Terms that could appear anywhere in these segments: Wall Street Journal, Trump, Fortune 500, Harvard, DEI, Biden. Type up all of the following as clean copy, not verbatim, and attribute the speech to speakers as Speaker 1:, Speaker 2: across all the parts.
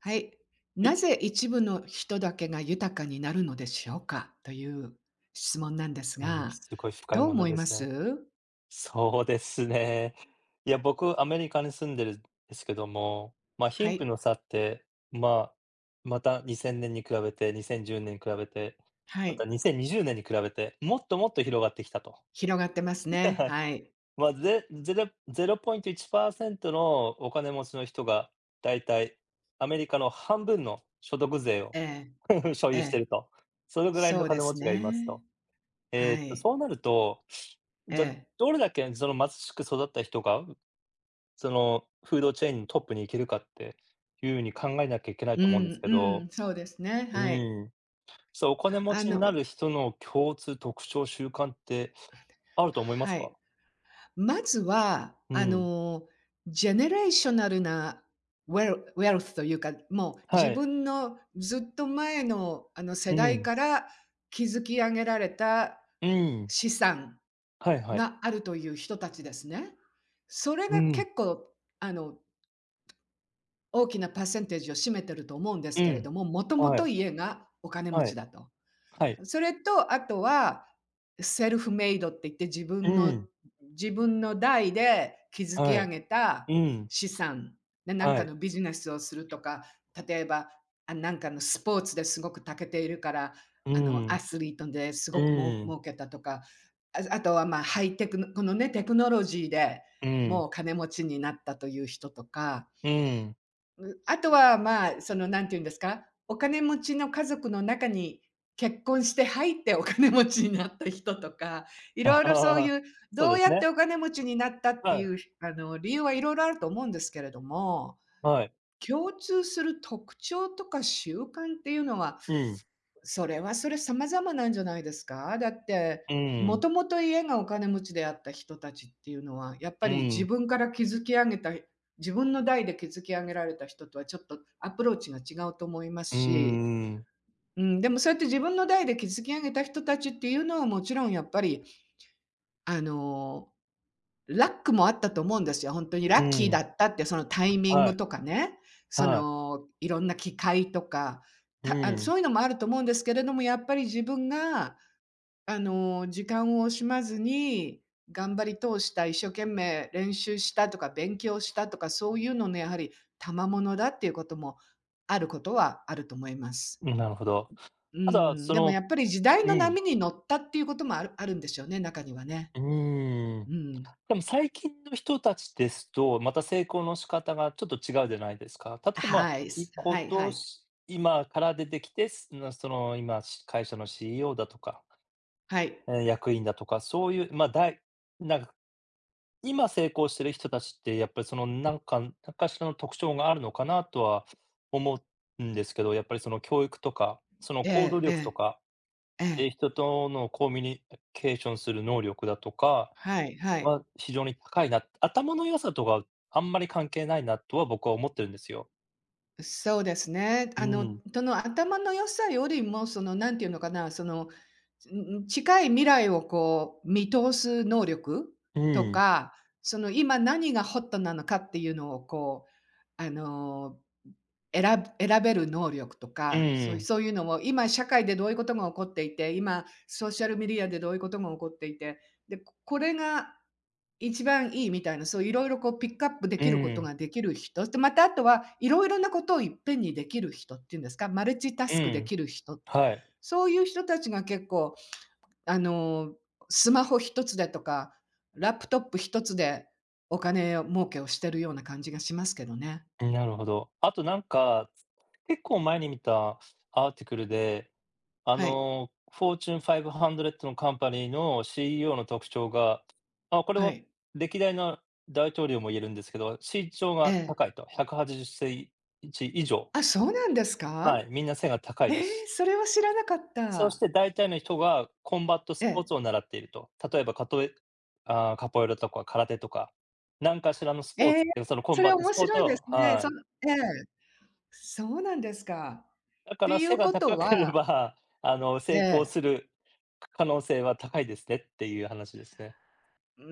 Speaker 1: はい。
Speaker 2: は
Speaker 1: な
Speaker 2: い。
Speaker 1: ぜ一部の人だけが豊かになるのでしょうかという質問なんです
Speaker 2: うん、
Speaker 1: が、
Speaker 2: すごい深い
Speaker 1: どう
Speaker 2: 問題
Speaker 1: 思い
Speaker 2: で
Speaker 1: ま
Speaker 2: すね。
Speaker 1: す？
Speaker 2: そうですね。いや、僕、アメリカに住んでるんですけども、まあ、
Speaker 1: は
Speaker 2: 貧富
Speaker 1: い。
Speaker 2: の差って、まあ、また2000年に比べて、2010年に比べて、
Speaker 1: は
Speaker 2: また
Speaker 1: い。
Speaker 2: 2020年にじゅうねんに比べて、もっともっと広がってきたと。
Speaker 1: 広がってますね。はい。
Speaker 2: まあ、ゼロ0.1%のお金持ちの人が、だいたいアメリカの半分の所得税を
Speaker 1: ええ、
Speaker 2: 所
Speaker 1: え
Speaker 2: 有して
Speaker 1: え。
Speaker 2: ると。それぐらい
Speaker 1: そ
Speaker 2: の
Speaker 1: うで
Speaker 2: 金持
Speaker 1: す
Speaker 2: ちがいます
Speaker 1: ね。
Speaker 2: と。
Speaker 1: はい。
Speaker 2: そうなると、
Speaker 1: え
Speaker 2: じゃあ、
Speaker 1: え。
Speaker 2: どれだけその貧しく育った人が、そのフードチェーンのトップに行けるかっていうふうに考えなきゃいけない
Speaker 1: う
Speaker 2: と思うんです
Speaker 1: ん、
Speaker 2: け
Speaker 1: うん、
Speaker 2: ど、
Speaker 1: そうですね。はい。
Speaker 2: うん、そう、お金持
Speaker 1: あ
Speaker 2: ちにな
Speaker 1: の、
Speaker 2: る人の共通特徴、習慣ってあると思います
Speaker 1: は
Speaker 2: か？
Speaker 1: い。まずは、
Speaker 2: うん、
Speaker 1: ジェネレーショナルなウェルウェルスというか、もう自
Speaker 2: はい、
Speaker 1: 分のずっと前の、世
Speaker 2: う
Speaker 1: 代
Speaker 2: ん、
Speaker 1: から築き上げられた
Speaker 2: うん、
Speaker 1: 資産
Speaker 2: はいはい、
Speaker 1: があるという人たちですね。それ
Speaker 2: う
Speaker 1: が
Speaker 2: ん、
Speaker 1: 結構、あの、大きなパーセンテージを占めてると思うんで
Speaker 2: う
Speaker 1: すけれど
Speaker 2: ん、
Speaker 1: も、もとも
Speaker 2: は
Speaker 1: と
Speaker 2: い、
Speaker 1: 家がお金持
Speaker 2: は
Speaker 1: ち
Speaker 2: い、
Speaker 1: だと。
Speaker 2: はい、
Speaker 1: それと、あとは、セルフメイドって言って自
Speaker 2: う
Speaker 1: 分の
Speaker 2: ん、
Speaker 1: 自分の代で築き
Speaker 2: は
Speaker 1: 上
Speaker 2: い、
Speaker 1: げた
Speaker 2: うん、
Speaker 1: 資産で、なん
Speaker 2: は
Speaker 1: か
Speaker 2: い、
Speaker 1: のビジネスをするとか、例えば、あ、なんかのスポーツですごく長けているから、
Speaker 2: う
Speaker 1: ア
Speaker 2: ん、
Speaker 1: スリートですごくもう
Speaker 2: うん、
Speaker 1: 儲けたとか、あとは、ま、ハイテクのこのね、テクノロジーで
Speaker 2: うん、
Speaker 1: もう金持ちになったという人とか、
Speaker 2: うん。
Speaker 1: あとは、まあ、その、なんて言うんですか、お金持ちの家族の中に結婚して入ってお金持ちになった人とか、い
Speaker 2: あ
Speaker 1: ろいろ
Speaker 2: は
Speaker 1: そうい
Speaker 2: は。
Speaker 1: う、
Speaker 2: そう
Speaker 1: どう
Speaker 2: です
Speaker 1: やって
Speaker 2: ね。
Speaker 1: お金持ちになったっ
Speaker 2: は
Speaker 1: て
Speaker 2: い、
Speaker 1: いう、理由はいろいろあると思うんですけれども、
Speaker 2: はい。
Speaker 1: 共通する特徴とか習慣っていうのは
Speaker 2: うん、
Speaker 1: それはそれ様々なんじゃないですか？だって、
Speaker 2: う
Speaker 1: も
Speaker 2: ん、
Speaker 1: ともと家がお金持ちであった人たちっていうのは、やっぱ
Speaker 2: う
Speaker 1: り自
Speaker 2: ん、
Speaker 1: 分から築き上げた自分の代で築き上げられた人とはちょっとアプローチが違うと思います
Speaker 2: うー
Speaker 1: し、
Speaker 2: ん、
Speaker 1: うん、でもそうやって自分の代で築き上げた人たちっていうのはもちろんやっぱり、あの、ラックもあったと思うんですよ。本当に
Speaker 2: う
Speaker 1: ラッキーだ
Speaker 2: ん、
Speaker 1: ったって、そのタイミン
Speaker 2: は
Speaker 1: グ
Speaker 2: い、
Speaker 1: とかね、そ
Speaker 2: はい、
Speaker 1: のいろんな機会とか、
Speaker 2: う
Speaker 1: そ
Speaker 2: ん、
Speaker 1: ういうのもあると思うんですけれども、やっぱり自分が時間を惜しまずに、頑張り通した、一生懸命練習したとか、勉強したとか、そういうののやはり賜物だっていうこともあることはあると思います。
Speaker 2: うん、なるほど。
Speaker 1: う
Speaker 2: ただ、
Speaker 1: ん、
Speaker 2: そ
Speaker 1: でも
Speaker 2: の、
Speaker 1: やっぱり時代の
Speaker 2: うん、
Speaker 1: 波に乗ったっていうこともあるんでしょうね、中にはね。
Speaker 2: うーん。
Speaker 1: うん。
Speaker 2: でも最近の人たちですと、また成功の仕方がちょっと違うじゃないですか。例えば、
Speaker 1: はい、は
Speaker 2: 今
Speaker 1: いはい。
Speaker 2: 年今から出てきて、その今、会社の CEO だとか、
Speaker 1: はい。
Speaker 2: ええ、役員だとか、そういう、ま、なんか今成功してる人たちって、やっぱりその、なんかしらの特徴があるのかなとは思うんですけど、やっぱりその教育とか、その
Speaker 1: え
Speaker 2: 行動
Speaker 1: ええ
Speaker 2: 力と
Speaker 1: え、
Speaker 2: か、
Speaker 1: え
Speaker 2: で、
Speaker 1: え。
Speaker 2: 人とのコミュニケーションする能力だとか
Speaker 1: はいはい。
Speaker 2: は非常に高いな、頭の良さとかあんまり関係ないなとは僕は思ってるんですよ。
Speaker 1: そうですね。
Speaker 2: うん、
Speaker 1: その頭の良さよりも、その、なんていうのかな、その、近い未来をこう見通す能力
Speaker 2: う
Speaker 1: と
Speaker 2: ん、
Speaker 1: か、その、今何がホットなのかっていうのをこう、選べる能力と
Speaker 2: う
Speaker 1: か、そういう
Speaker 2: ん、
Speaker 1: そういうのを今社会でどういうことが起こっていて、今ソーシャルメディアでどういうことが起こっていて、で、これが一番いいみたいな、そういろいろこうピックアップで
Speaker 2: う
Speaker 1: きること
Speaker 2: ん、
Speaker 1: ができる人、で、またあとはいろいろなことをいっぺんにできる人っていうんですか、マルチタ
Speaker 2: う
Speaker 1: スクで
Speaker 2: ん、
Speaker 1: きる人、
Speaker 2: はい。
Speaker 1: そういう人たちが結構、あの、スマホ一つでとか、ラップトップ一つでお金を儲けをしてるような感じがしますけどね。
Speaker 2: なるほど。あとなんか、結構前に見たアーティクルで、あ
Speaker 1: はい、
Speaker 2: の、フォーチュンファイブハンド500のカンパニーの CEO の特徴が、あ、これ
Speaker 1: は
Speaker 2: は
Speaker 1: い。
Speaker 2: 歴代の大統領も言えるんですけど、身長
Speaker 1: え
Speaker 2: が
Speaker 1: え。
Speaker 2: 高いと、180センチ以上。
Speaker 1: あ、そうなんですか？
Speaker 2: はい、みんな背が高い
Speaker 1: え
Speaker 2: で
Speaker 1: え、
Speaker 2: す。
Speaker 1: それは知らなかっ
Speaker 2: そし
Speaker 1: た。
Speaker 2: て大体の人がコンバット
Speaker 1: え
Speaker 2: スポー
Speaker 1: え。
Speaker 2: ツを習っていると。例えば、カトエああ、カポエラとか空手とか、何かしらのスポー
Speaker 1: ええ、
Speaker 2: ツっていうそのコ
Speaker 1: そ
Speaker 2: ン
Speaker 1: れ
Speaker 2: バット
Speaker 1: 面
Speaker 2: スポーツ
Speaker 1: 白いで
Speaker 2: を、
Speaker 1: すね。
Speaker 2: はい。
Speaker 1: ええ、そうなんですか。
Speaker 2: だ
Speaker 1: っ
Speaker 2: か
Speaker 1: て
Speaker 2: ら
Speaker 1: い
Speaker 2: 背
Speaker 1: う
Speaker 2: が
Speaker 1: こと
Speaker 2: 高け
Speaker 1: は
Speaker 2: れば、あの、
Speaker 1: え
Speaker 2: 成功
Speaker 1: え、
Speaker 2: する可能性は高いですねっていう話ですね。
Speaker 1: うー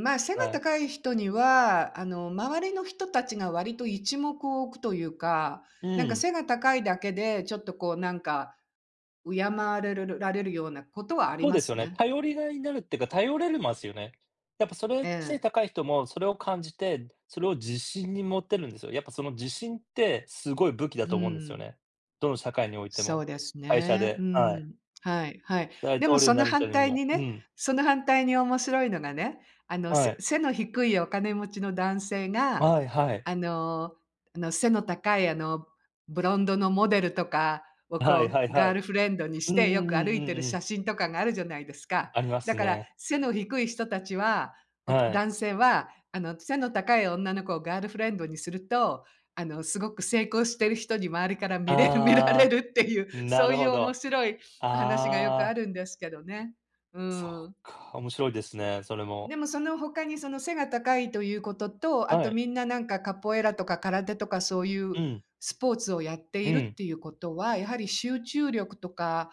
Speaker 1: ん、まあ、背が
Speaker 2: はい。
Speaker 1: 高い人には、周りの人たちが割と一目を置くというか、
Speaker 2: う
Speaker 1: なんか
Speaker 2: ん。
Speaker 1: 背が高いだけで、ちょっとこうなんか、敬われるられるようなことはあり
Speaker 2: そう
Speaker 1: ま
Speaker 2: です
Speaker 1: す
Speaker 2: よね。
Speaker 1: ね。
Speaker 2: 頼りがいになるっていうか、頼れるますよね。やっぱそ
Speaker 1: え
Speaker 2: れ、背
Speaker 1: え、
Speaker 2: 高い人もそれを感じて、それを自信に持ってるんですよ。やっぱその自信ってすごい武器だ
Speaker 1: う
Speaker 2: と思うんですよ
Speaker 1: ん。
Speaker 2: ね。どの社会において
Speaker 1: そ
Speaker 2: も。
Speaker 1: うです
Speaker 2: 会社
Speaker 1: ね。う
Speaker 2: で、はい。
Speaker 1: ん。はいはい。
Speaker 2: 大
Speaker 1: でも
Speaker 2: 統領
Speaker 1: そ
Speaker 2: に
Speaker 1: の
Speaker 2: なるた
Speaker 1: 反
Speaker 2: めに
Speaker 1: 対
Speaker 2: も。
Speaker 1: に
Speaker 2: う
Speaker 1: ね、
Speaker 2: ん。
Speaker 1: その反対に面白いのがね、
Speaker 2: はい。
Speaker 1: 背の低いお金持ちの男性が、
Speaker 2: はいはい。
Speaker 1: あのあの、背の高いブロンドのモデルとかを
Speaker 2: はい
Speaker 1: こ
Speaker 2: はい
Speaker 1: う、ガ
Speaker 2: は
Speaker 1: ー
Speaker 2: い。
Speaker 1: ルフレンドにし
Speaker 2: うんうんう
Speaker 1: て
Speaker 2: ん
Speaker 1: よく歩
Speaker 2: う
Speaker 1: いてる
Speaker 2: んうん。
Speaker 1: 写真とかがあるじゃないですか。
Speaker 2: ありま
Speaker 1: だ
Speaker 2: す
Speaker 1: から
Speaker 2: ね。
Speaker 1: 背の低い人たちは、
Speaker 2: はい。
Speaker 1: 男性は背の高い女の子をガールフレンドにするとすごく成功してる人に周りから見れる 見られ
Speaker 2: ああ、
Speaker 1: るっていう、
Speaker 2: な
Speaker 1: そう
Speaker 2: る
Speaker 1: いう
Speaker 2: ほ
Speaker 1: 面
Speaker 2: ど。
Speaker 1: 白い話がよく
Speaker 2: あ
Speaker 1: あ
Speaker 2: あ、
Speaker 1: るんですけどね。う
Speaker 2: そっ
Speaker 1: ん。
Speaker 2: か、面白いですね、それも。
Speaker 1: でもその他にその背が高いということと、あ
Speaker 2: は
Speaker 1: と
Speaker 2: い。
Speaker 1: みんななんかカポエラとか空手とかそういう
Speaker 2: うん、
Speaker 1: スポーツをやって
Speaker 2: う
Speaker 1: いるっ
Speaker 2: ん。
Speaker 1: ていうことは、やはり集中力とか、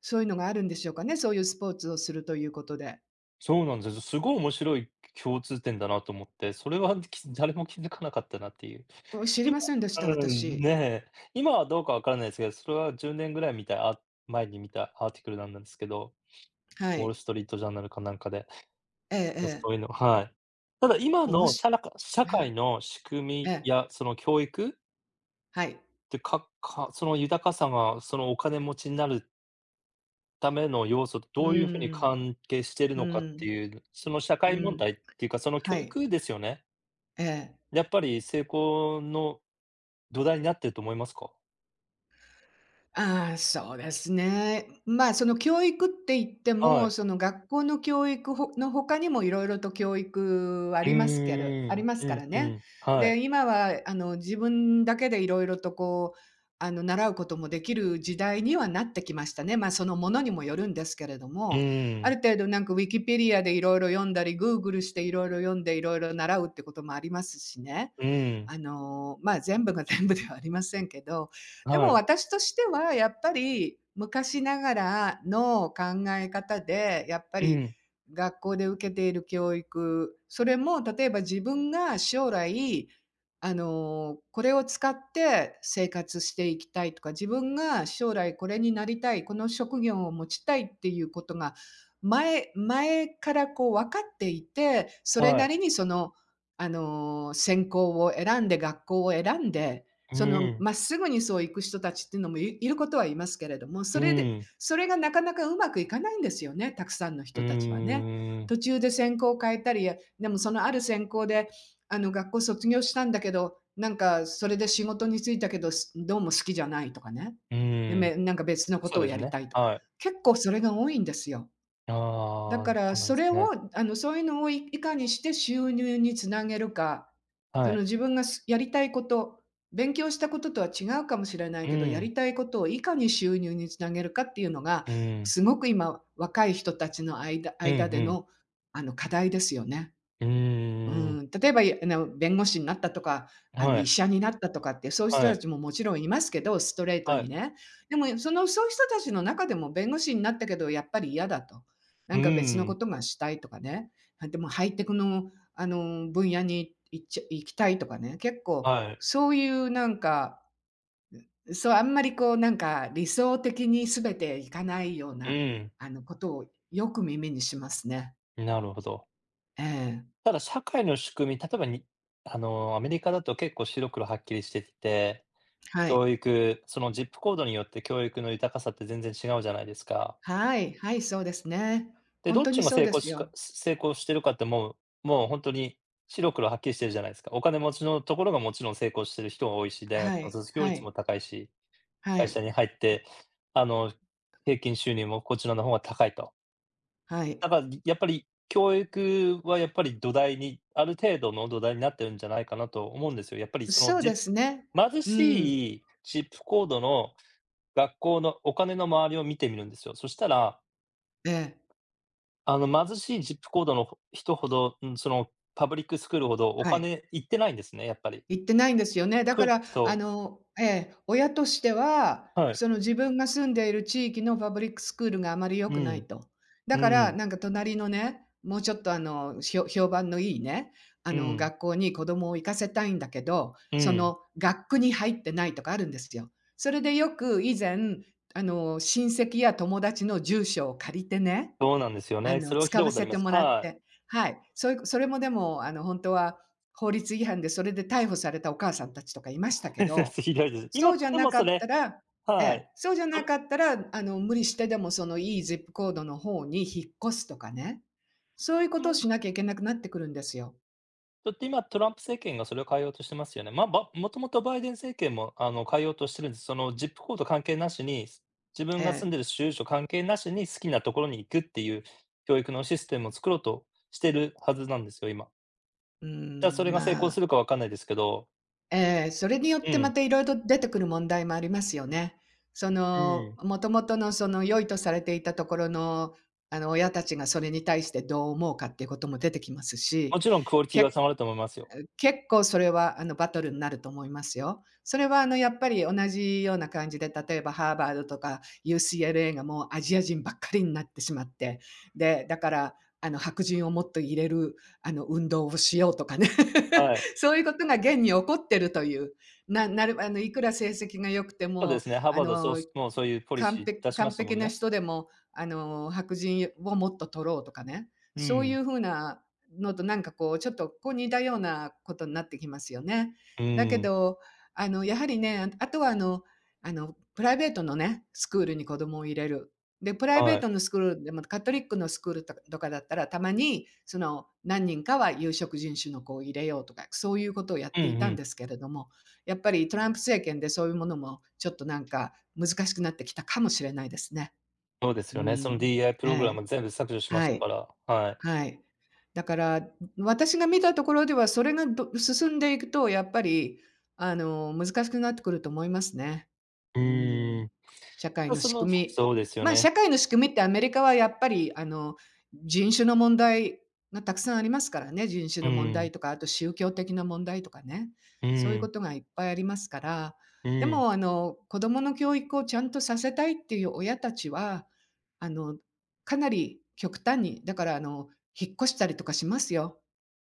Speaker 1: そういうのがあるんでしょうかね、そういうスポーツをするということで。
Speaker 2: そうなんですよ。すごい面白い共通点だなと思って、それは誰も気づかなかったなっていう。
Speaker 1: お知り
Speaker 2: 今
Speaker 1: ませんでした、
Speaker 2: うん、ね
Speaker 1: 私。
Speaker 2: え、今はどうかわからないですけど、それは10年ぐらい見たあ前に見たアーティクルなんですけど、
Speaker 1: は
Speaker 2: ウォール
Speaker 1: い。
Speaker 2: ストリートジャーナルかなんかで、
Speaker 1: えええ
Speaker 2: そういう
Speaker 1: え。
Speaker 2: の、はい。ただ今
Speaker 1: おも
Speaker 2: の
Speaker 1: し
Speaker 2: 社
Speaker 1: はい。
Speaker 2: 会の仕組
Speaker 1: え
Speaker 2: み
Speaker 1: え。
Speaker 2: やその教育っ
Speaker 1: はい。
Speaker 2: てその豊かさがそのお金持ちになるための要素と
Speaker 1: う
Speaker 2: どういうふうに
Speaker 1: ーん。
Speaker 2: 関係している
Speaker 1: う
Speaker 2: のかっ
Speaker 1: ー
Speaker 2: て
Speaker 1: ん。
Speaker 2: いう、その社
Speaker 1: う
Speaker 2: 会問
Speaker 1: ん、
Speaker 2: 題っていうか、その
Speaker 1: は
Speaker 2: 教
Speaker 1: い、
Speaker 2: 育ですよね。
Speaker 1: ええ。
Speaker 2: やっぱり成功の土台になってると思いますか？
Speaker 1: ああ、そうですね。まあ、その教育って言って
Speaker 2: は
Speaker 1: も、
Speaker 2: い。
Speaker 1: その学校の教育の他にもいろいろと教育あ
Speaker 2: うー
Speaker 1: りますけるあり
Speaker 2: ん。
Speaker 1: ます
Speaker 2: う
Speaker 1: から
Speaker 2: んう
Speaker 1: ね。
Speaker 2: ん。はい。
Speaker 1: で、今は自分だけでいろいろとこう、習うこともできる時代にはなってきましたね。まあ、そのものにもよるんですけれど
Speaker 2: う
Speaker 1: も、
Speaker 2: ー
Speaker 1: ある
Speaker 2: ん。
Speaker 1: 程度なんかウィキペディアでいろいろ読んだり、グーグルしていろいろ読んでいろいろ習うってこともありますしね。
Speaker 2: うーん。
Speaker 1: まあ、全部が全部ではありませんけどでも
Speaker 2: はい。
Speaker 1: 私としてはやっぱり昔ながらの考え方で、やっぱ
Speaker 2: う
Speaker 1: り
Speaker 2: ん。
Speaker 1: 学校で受けている教育、それも例えば自分が将来、これを使って生活していきたいとか、自分が将来これになりたい、この職業を持ちたいっていうことが、前からこう分かっていて、それ
Speaker 2: は
Speaker 1: な
Speaker 2: い。
Speaker 1: りにその、専攻を選んで、学校を選んで
Speaker 2: う
Speaker 1: その
Speaker 2: ーん。
Speaker 1: まっすぐにそういく人たちっていうのもいることはいますけれども、そ
Speaker 2: う
Speaker 1: れで、
Speaker 2: ーん。
Speaker 1: それがなかなかうまくいかないんですよね、たくさんの
Speaker 2: うー
Speaker 1: 人たちはね。
Speaker 2: ん。
Speaker 1: 途中で専攻変えたり、でもそのある専攻で、あの学校卒業したんだけど、なんかそれで仕事に就いたけど、どうも好きじゃないとかね。
Speaker 2: う
Speaker 1: で、
Speaker 2: ーん。
Speaker 1: なんか別のこ
Speaker 2: そう
Speaker 1: とを
Speaker 2: で
Speaker 1: や
Speaker 2: す
Speaker 1: り
Speaker 2: ね。
Speaker 1: たいとか、
Speaker 2: はい。
Speaker 1: 結構それが多いんですよ。だ
Speaker 2: ああ、
Speaker 1: か
Speaker 2: そ
Speaker 1: ら
Speaker 2: うなんで
Speaker 1: そ
Speaker 2: す
Speaker 1: れ
Speaker 2: ね。
Speaker 1: を、そういうのをいいかにして収入につなげるか、そ
Speaker 2: は
Speaker 1: の
Speaker 2: い。
Speaker 1: 自分がやりたいこと、勉強したこととは違うかもしれない
Speaker 2: う
Speaker 1: けど、や
Speaker 2: ん。
Speaker 1: りたいことをいかに収入につなげるかっていうのが、
Speaker 2: うん。
Speaker 1: すごく今若い人たちの間
Speaker 2: うんう
Speaker 1: 間で
Speaker 2: ん。
Speaker 1: の、課題ですよね。
Speaker 2: う
Speaker 1: う
Speaker 2: ーん。
Speaker 1: ん、例えば、弁護士になったとか、
Speaker 2: は
Speaker 1: 医
Speaker 2: い。
Speaker 1: 者になったとかって、そういう人
Speaker 2: は
Speaker 1: た
Speaker 2: い。
Speaker 1: ちももちろんいますけど、ストレート
Speaker 2: はい。
Speaker 1: にね。でも、その、そういう人たちの中でも弁護士になったけど、やっぱり嫌だと。な
Speaker 2: う
Speaker 1: んか別の
Speaker 2: ー
Speaker 1: こ
Speaker 2: ん。
Speaker 1: とがしたいとかね。あ、でもハイテクの、分野に行っちゃ行きたいとかね。結構
Speaker 2: はい。
Speaker 1: そういうなんか、そう、あんまりこう、なんか理想的に全ていかないよう
Speaker 2: う
Speaker 1: な、
Speaker 2: ん。
Speaker 1: ことをよく耳にしますね。
Speaker 2: なるほど。
Speaker 1: ええ、
Speaker 2: ただ、社会の仕組み、例えばあの、アメリカだと結構白黒はっきりしてきて、
Speaker 1: はい。
Speaker 2: 教育、そのジップコードによって教育の豊かさって全然違うじゃないですか。
Speaker 1: はい、はい、そうですね。
Speaker 2: で、
Speaker 1: ほん
Speaker 2: どっ
Speaker 1: とに
Speaker 2: ちが
Speaker 1: そうですよ。
Speaker 2: 成功してるかって、もう本当に白黒はっきりしてるじゃないですか。お金持ちのところがもちろん成功してる人が多いし、大
Speaker 1: は
Speaker 2: 学の
Speaker 1: い、
Speaker 2: 卒業
Speaker 1: は
Speaker 2: 率も
Speaker 1: い、
Speaker 2: 高いし、
Speaker 1: は
Speaker 2: 会
Speaker 1: い、
Speaker 2: 社に入って、あの、平均収入もこちらの方が高いと。
Speaker 1: はい。
Speaker 2: だから、やっぱり教育はやっぱり土台に、ある程度の土台になってるんじゃないかなと思うんですよ。やっぱりその、
Speaker 1: そうですね。
Speaker 2: 貧
Speaker 1: うん。
Speaker 2: しいジップコードの学校のお金の周りを見てみるんですよ。そしたら、
Speaker 1: ええ、
Speaker 2: あの、貧しいジップコードの人ほど、うん、その、パブリックスクールほどお
Speaker 1: はい。
Speaker 2: 金いってないんですね、やっぱり。
Speaker 1: 行ってないんですよね。だか
Speaker 2: く
Speaker 1: ら、
Speaker 2: そう、
Speaker 1: 親としては、
Speaker 2: はい。
Speaker 1: その自分が住んでいる地域のパブリックスクールがあまり良
Speaker 2: う
Speaker 1: くない
Speaker 2: ん、
Speaker 1: と。だ
Speaker 2: う
Speaker 1: から、
Speaker 2: ん、
Speaker 1: なんか隣のね、もうちょっと評判のいいね、
Speaker 2: うん、
Speaker 1: 学校に子供を行かせたいんだけど、
Speaker 2: う
Speaker 1: そ
Speaker 2: ん。
Speaker 1: の学区に入ってないとかあるんですよ。それでよく以前、親戚や友達の住所を借りてね、
Speaker 2: そうなんですよね。それを聞い
Speaker 1: 使
Speaker 2: た
Speaker 1: わ
Speaker 2: ことあ
Speaker 1: せ
Speaker 2: りま
Speaker 1: て
Speaker 2: す。
Speaker 1: もらっ
Speaker 2: は
Speaker 1: て、はい。そういうそれもでも、あの、本当は法律違反で、それで逮捕されたお母さんたちとかいました
Speaker 2: い。
Speaker 1: けど、
Speaker 2: ひどいです。
Speaker 1: そ
Speaker 2: 今
Speaker 1: うじゃ
Speaker 2: で
Speaker 1: な
Speaker 2: も
Speaker 1: か
Speaker 2: そ
Speaker 1: った
Speaker 2: れ、
Speaker 1: らえ
Speaker 2: は
Speaker 1: え、
Speaker 2: い。
Speaker 1: そうじゃ
Speaker 2: そ
Speaker 1: な
Speaker 2: の
Speaker 1: かったら、あの、無理してでも、その、いい ZIP コードの方に引っ越すとかね、そういうことをしなきゃいけなくなってくるんですよ。
Speaker 2: だって今、トランプ政権がそれを変えようとしてますよね。まあ、もともとバイデン政権も、あの、変えようとしてるんです。その、ジップコード関係なしに、自
Speaker 1: え
Speaker 2: 分が住ん
Speaker 1: え。
Speaker 2: でる州所関係なしに、好きなところに行くっていう教育のシステムを作ろうとしてるはずなんですよ、今。
Speaker 1: うー
Speaker 2: ただそ
Speaker 1: ん、
Speaker 2: れが成
Speaker 1: ま
Speaker 2: 功す
Speaker 1: あ
Speaker 2: るかわかんないですけど、
Speaker 1: それによっ
Speaker 2: う
Speaker 1: てま
Speaker 2: ん、
Speaker 1: たいろいろ出てくる問題もありますよね。そ
Speaker 2: う
Speaker 1: の、
Speaker 2: ん。
Speaker 1: もともとのその良いとされていたところの、あの、親たちがそれに対してどう思うかっていうことも出てきますし、
Speaker 2: もちろんクオリティは
Speaker 1: 結
Speaker 2: 下がると思いますよ。
Speaker 1: 結構それは、あの、バトルになると思いますよ。それは、あの、やっぱり同じような感じで、例えばハーバードとか UCLA がもうアジア人ばっかりになってしまって、で、だから、あの、白人をもっと入れる、あの、運動をしようとかね。
Speaker 2: はい。
Speaker 1: そういうことが現に起こってるという。ななるあの、いくら成績が良くて
Speaker 2: そうで
Speaker 1: も、
Speaker 2: すね、ハー
Speaker 1: あ
Speaker 2: バード、そう
Speaker 1: の、
Speaker 2: しもうそういうポリシー出しま
Speaker 1: 完
Speaker 2: したも
Speaker 1: 璧
Speaker 2: ん
Speaker 1: な
Speaker 2: ね。
Speaker 1: 人でも、あの、白人をもっと取ろうとかね、
Speaker 2: う
Speaker 1: そうい
Speaker 2: ん、
Speaker 1: う風なのとちょっとこう似たようなことになってきますよね。
Speaker 2: う
Speaker 1: だけ
Speaker 2: ーん、
Speaker 1: ど、あの、やはりね、ああとはあのあの、プライベートのね、スクールに子供を入れる。で、プライベー
Speaker 2: はい。
Speaker 1: トのスクールでもカトリックのスクールとかだったら、たまにその何人かは有色人種の子を入れようとか、そういうことをやっ
Speaker 2: うん
Speaker 1: ていた
Speaker 2: う
Speaker 1: ん
Speaker 2: ん。
Speaker 1: ですけれども、やっぱりトランプ政権でそういうものもちょっとなんか難しくなってきたかもしれないですね。
Speaker 2: そうで
Speaker 1: う
Speaker 2: すよね。その
Speaker 1: ん。
Speaker 2: DEI プ
Speaker 1: え
Speaker 2: ログラ
Speaker 1: え、
Speaker 2: ム全部削除しま
Speaker 1: は
Speaker 2: したか
Speaker 1: い。
Speaker 2: ら、はい。
Speaker 1: はい。だから、私が見たところでは、それが進んでいくと、やっぱり、あの、難しくなってくると思いますね。
Speaker 2: う
Speaker 1: う
Speaker 2: ー
Speaker 1: ん。
Speaker 2: ん。
Speaker 1: 社会の仕組
Speaker 2: そうで
Speaker 1: み。
Speaker 2: すよ
Speaker 1: まあ、社
Speaker 2: ね。
Speaker 1: 会の仕組みってアメリカはやっぱり、あの、人種の問題がたくさんありますからね。人種
Speaker 2: う
Speaker 1: の問題
Speaker 2: ん、
Speaker 1: とか、あと宗教的な問題とかね。
Speaker 2: う
Speaker 1: そういうこ
Speaker 2: ん、
Speaker 1: とがいっぱいありますから。
Speaker 2: う
Speaker 1: で
Speaker 2: ん。
Speaker 1: も、あの、子供の教育をちゃんとさせたいっていう親たちは、あの、かなり極端に、だから、あの、引っ越したりとかしますよ。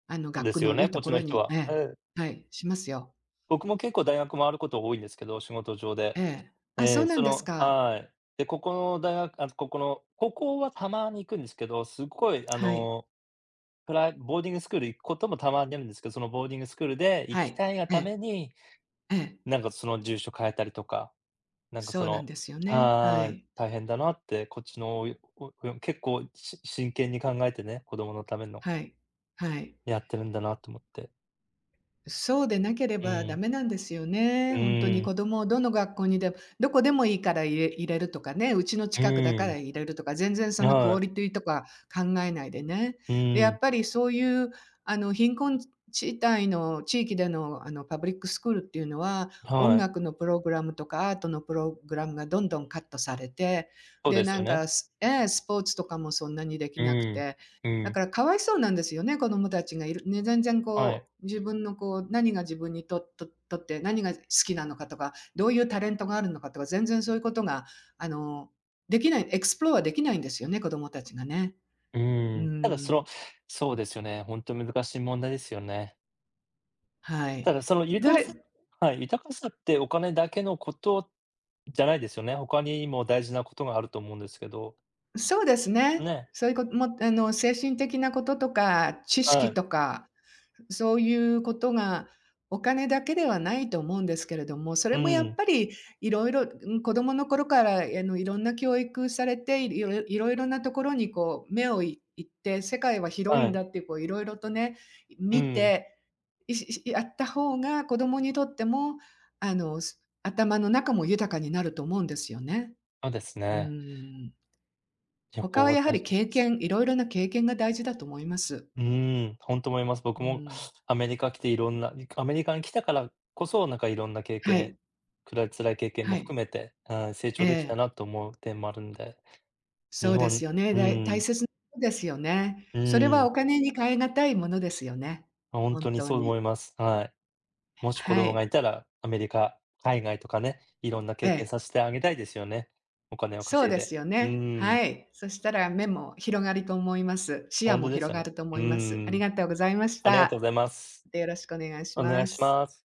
Speaker 1: あの、
Speaker 2: そうで
Speaker 1: 学区
Speaker 2: すよ
Speaker 1: のい
Speaker 2: ね、
Speaker 1: い
Speaker 2: こ
Speaker 1: と
Speaker 2: っち
Speaker 1: こ
Speaker 2: の
Speaker 1: ろ
Speaker 2: 人
Speaker 1: に。え
Speaker 2: は。
Speaker 1: え。
Speaker 2: ええ。
Speaker 1: はい、しますよ。
Speaker 2: 僕も結構大学回ること多いんですけど、仕事上
Speaker 1: え
Speaker 2: で。
Speaker 1: え。あ、そ
Speaker 2: え
Speaker 1: う
Speaker 2: え、
Speaker 1: な
Speaker 2: そ
Speaker 1: んです
Speaker 2: の、
Speaker 1: か。
Speaker 2: はい。で、ここのあ、ここの高校はたまに行くんですけど、すごいあ
Speaker 1: はい。
Speaker 2: の、プライボーディングスクール行くこともたまにあるんですけど、そのボーディングスクールで行
Speaker 1: は
Speaker 2: き
Speaker 1: い。
Speaker 2: たいが
Speaker 1: え
Speaker 2: た
Speaker 1: え。
Speaker 2: めに、
Speaker 1: ええ。
Speaker 2: なんかその住所変えたりとか、なんか
Speaker 1: そ
Speaker 2: そ
Speaker 1: うなん
Speaker 2: の、
Speaker 1: ですよね。は
Speaker 2: ああ、
Speaker 1: い。
Speaker 2: 大変だなって、こっちのおおお結構真剣に考えてね、子供のための
Speaker 1: はい。はい。
Speaker 2: やってるんだなと思って。
Speaker 1: そうでなけれ
Speaker 2: う
Speaker 1: ばダ
Speaker 2: ん、
Speaker 1: メなんですよ
Speaker 2: う
Speaker 1: ね。本当に
Speaker 2: ーん、
Speaker 1: 子供をどの学校にでもどこでもいいから入れるとかね、うちの
Speaker 2: う
Speaker 1: 近くだか
Speaker 2: ー
Speaker 1: ら
Speaker 2: ん、
Speaker 1: 入れるとか、全然そのク
Speaker 2: は
Speaker 1: オリ
Speaker 2: い、
Speaker 1: ティとか考えないでね。
Speaker 2: う
Speaker 1: で、や
Speaker 2: ー
Speaker 1: っ
Speaker 2: ん、
Speaker 1: ぱりそういうあの貧困地帯の地域でのあのパブリックスクールっていうのは、音
Speaker 2: はい、
Speaker 1: 楽のプログラムとかアートのプログラムがどんどんカットされて、
Speaker 2: そう
Speaker 1: で、
Speaker 2: ですよね。
Speaker 1: スええ、スポーツとかもそんなにでき
Speaker 2: う
Speaker 1: なく
Speaker 2: ーん、
Speaker 1: て
Speaker 2: う
Speaker 1: だか
Speaker 2: ん、
Speaker 1: らかわいそうなんですよね、子どもたちがいるね、全然
Speaker 2: はい、
Speaker 1: こう、自分のこう、何が自分にとって、何が好きなのかとか、どういうタレントがあるのかとか、全然そういうことが、あの、できないエクスプロアできないんですよね、子どもたちがね。
Speaker 2: う
Speaker 1: う
Speaker 2: ーん。ただそ
Speaker 1: ん、
Speaker 2: の、そうですよね、ほんと難しい問題ですよね。
Speaker 1: はい。
Speaker 2: ただその
Speaker 1: ど
Speaker 2: 豊かさ、
Speaker 1: れ
Speaker 2: はい、豊かさってお金だけのことじゃないですよね。他にも大事なことがあると思うんですけど、
Speaker 1: そうですね。
Speaker 2: ね、
Speaker 1: そういうこともあの、精神的なこととか、知
Speaker 2: は
Speaker 1: 識
Speaker 2: い、
Speaker 1: とか、そういうことが、お金だけではないと思うんですけれども、そ
Speaker 2: う
Speaker 1: れもやっ
Speaker 2: ん、
Speaker 1: ぱりいろいろうん、子供の頃から、あの、いろんな教育されて、いろいろなところにこう目を行って、世界は広
Speaker 2: は
Speaker 1: いん
Speaker 2: い。
Speaker 1: だっていろいろとね、
Speaker 2: う
Speaker 1: 見
Speaker 2: ん、
Speaker 1: て、しやった方が子供にとっても、あの、頭の中も豊かになると思うんですよね。
Speaker 2: そうです
Speaker 1: う
Speaker 2: ね。
Speaker 1: ん。
Speaker 2: 旅
Speaker 1: 他
Speaker 2: 行
Speaker 1: は
Speaker 2: は
Speaker 1: やは
Speaker 2: 大
Speaker 1: り
Speaker 2: 事で
Speaker 1: 経
Speaker 2: す。
Speaker 1: 験、いろいろな経験が大事だと思います。
Speaker 2: うーん、ほんと思います。
Speaker 1: う
Speaker 2: 僕も
Speaker 1: ん。
Speaker 2: アメリカ来ていろんな、アメリカに来たからこそ、なんかいろんな経
Speaker 1: は
Speaker 2: 験、
Speaker 1: い、
Speaker 2: 辛い経験
Speaker 1: は
Speaker 2: も含
Speaker 1: い。
Speaker 2: めて、うん、成
Speaker 1: え
Speaker 2: 長できた
Speaker 1: え。
Speaker 2: なと思う点もあるんで、
Speaker 1: そ
Speaker 2: 日
Speaker 1: うです
Speaker 2: 本
Speaker 1: よね。
Speaker 2: う
Speaker 1: 大
Speaker 2: ん、
Speaker 1: 切なことですよね。
Speaker 2: う
Speaker 1: それは
Speaker 2: ん、
Speaker 1: お金に代え難いものですよね。
Speaker 2: ほん
Speaker 1: 本
Speaker 2: とに
Speaker 1: 当
Speaker 2: そう
Speaker 1: に。
Speaker 2: 思います。はい。もし子
Speaker 1: は
Speaker 2: 供が
Speaker 1: い。
Speaker 2: いたら、アメリカ、海外とかね、いろんな
Speaker 1: え
Speaker 2: 経験
Speaker 1: え。
Speaker 2: させてあげたいですよね。お金を
Speaker 1: そう
Speaker 2: 稼い
Speaker 1: です
Speaker 2: で。
Speaker 1: よ
Speaker 2: う
Speaker 1: ね。
Speaker 2: ーん、
Speaker 1: はい。そしたら目も広がると思います。視野
Speaker 2: ほん
Speaker 1: も
Speaker 2: とです
Speaker 1: 広
Speaker 2: よ
Speaker 1: が
Speaker 2: ね。
Speaker 1: ると思
Speaker 2: うー
Speaker 1: います。あり
Speaker 2: ん、
Speaker 1: がとうございまし
Speaker 2: ありがとう
Speaker 1: た。
Speaker 2: ございます。
Speaker 1: よろしくお願いし
Speaker 2: お願い
Speaker 1: ま
Speaker 2: し
Speaker 1: す。
Speaker 2: ます。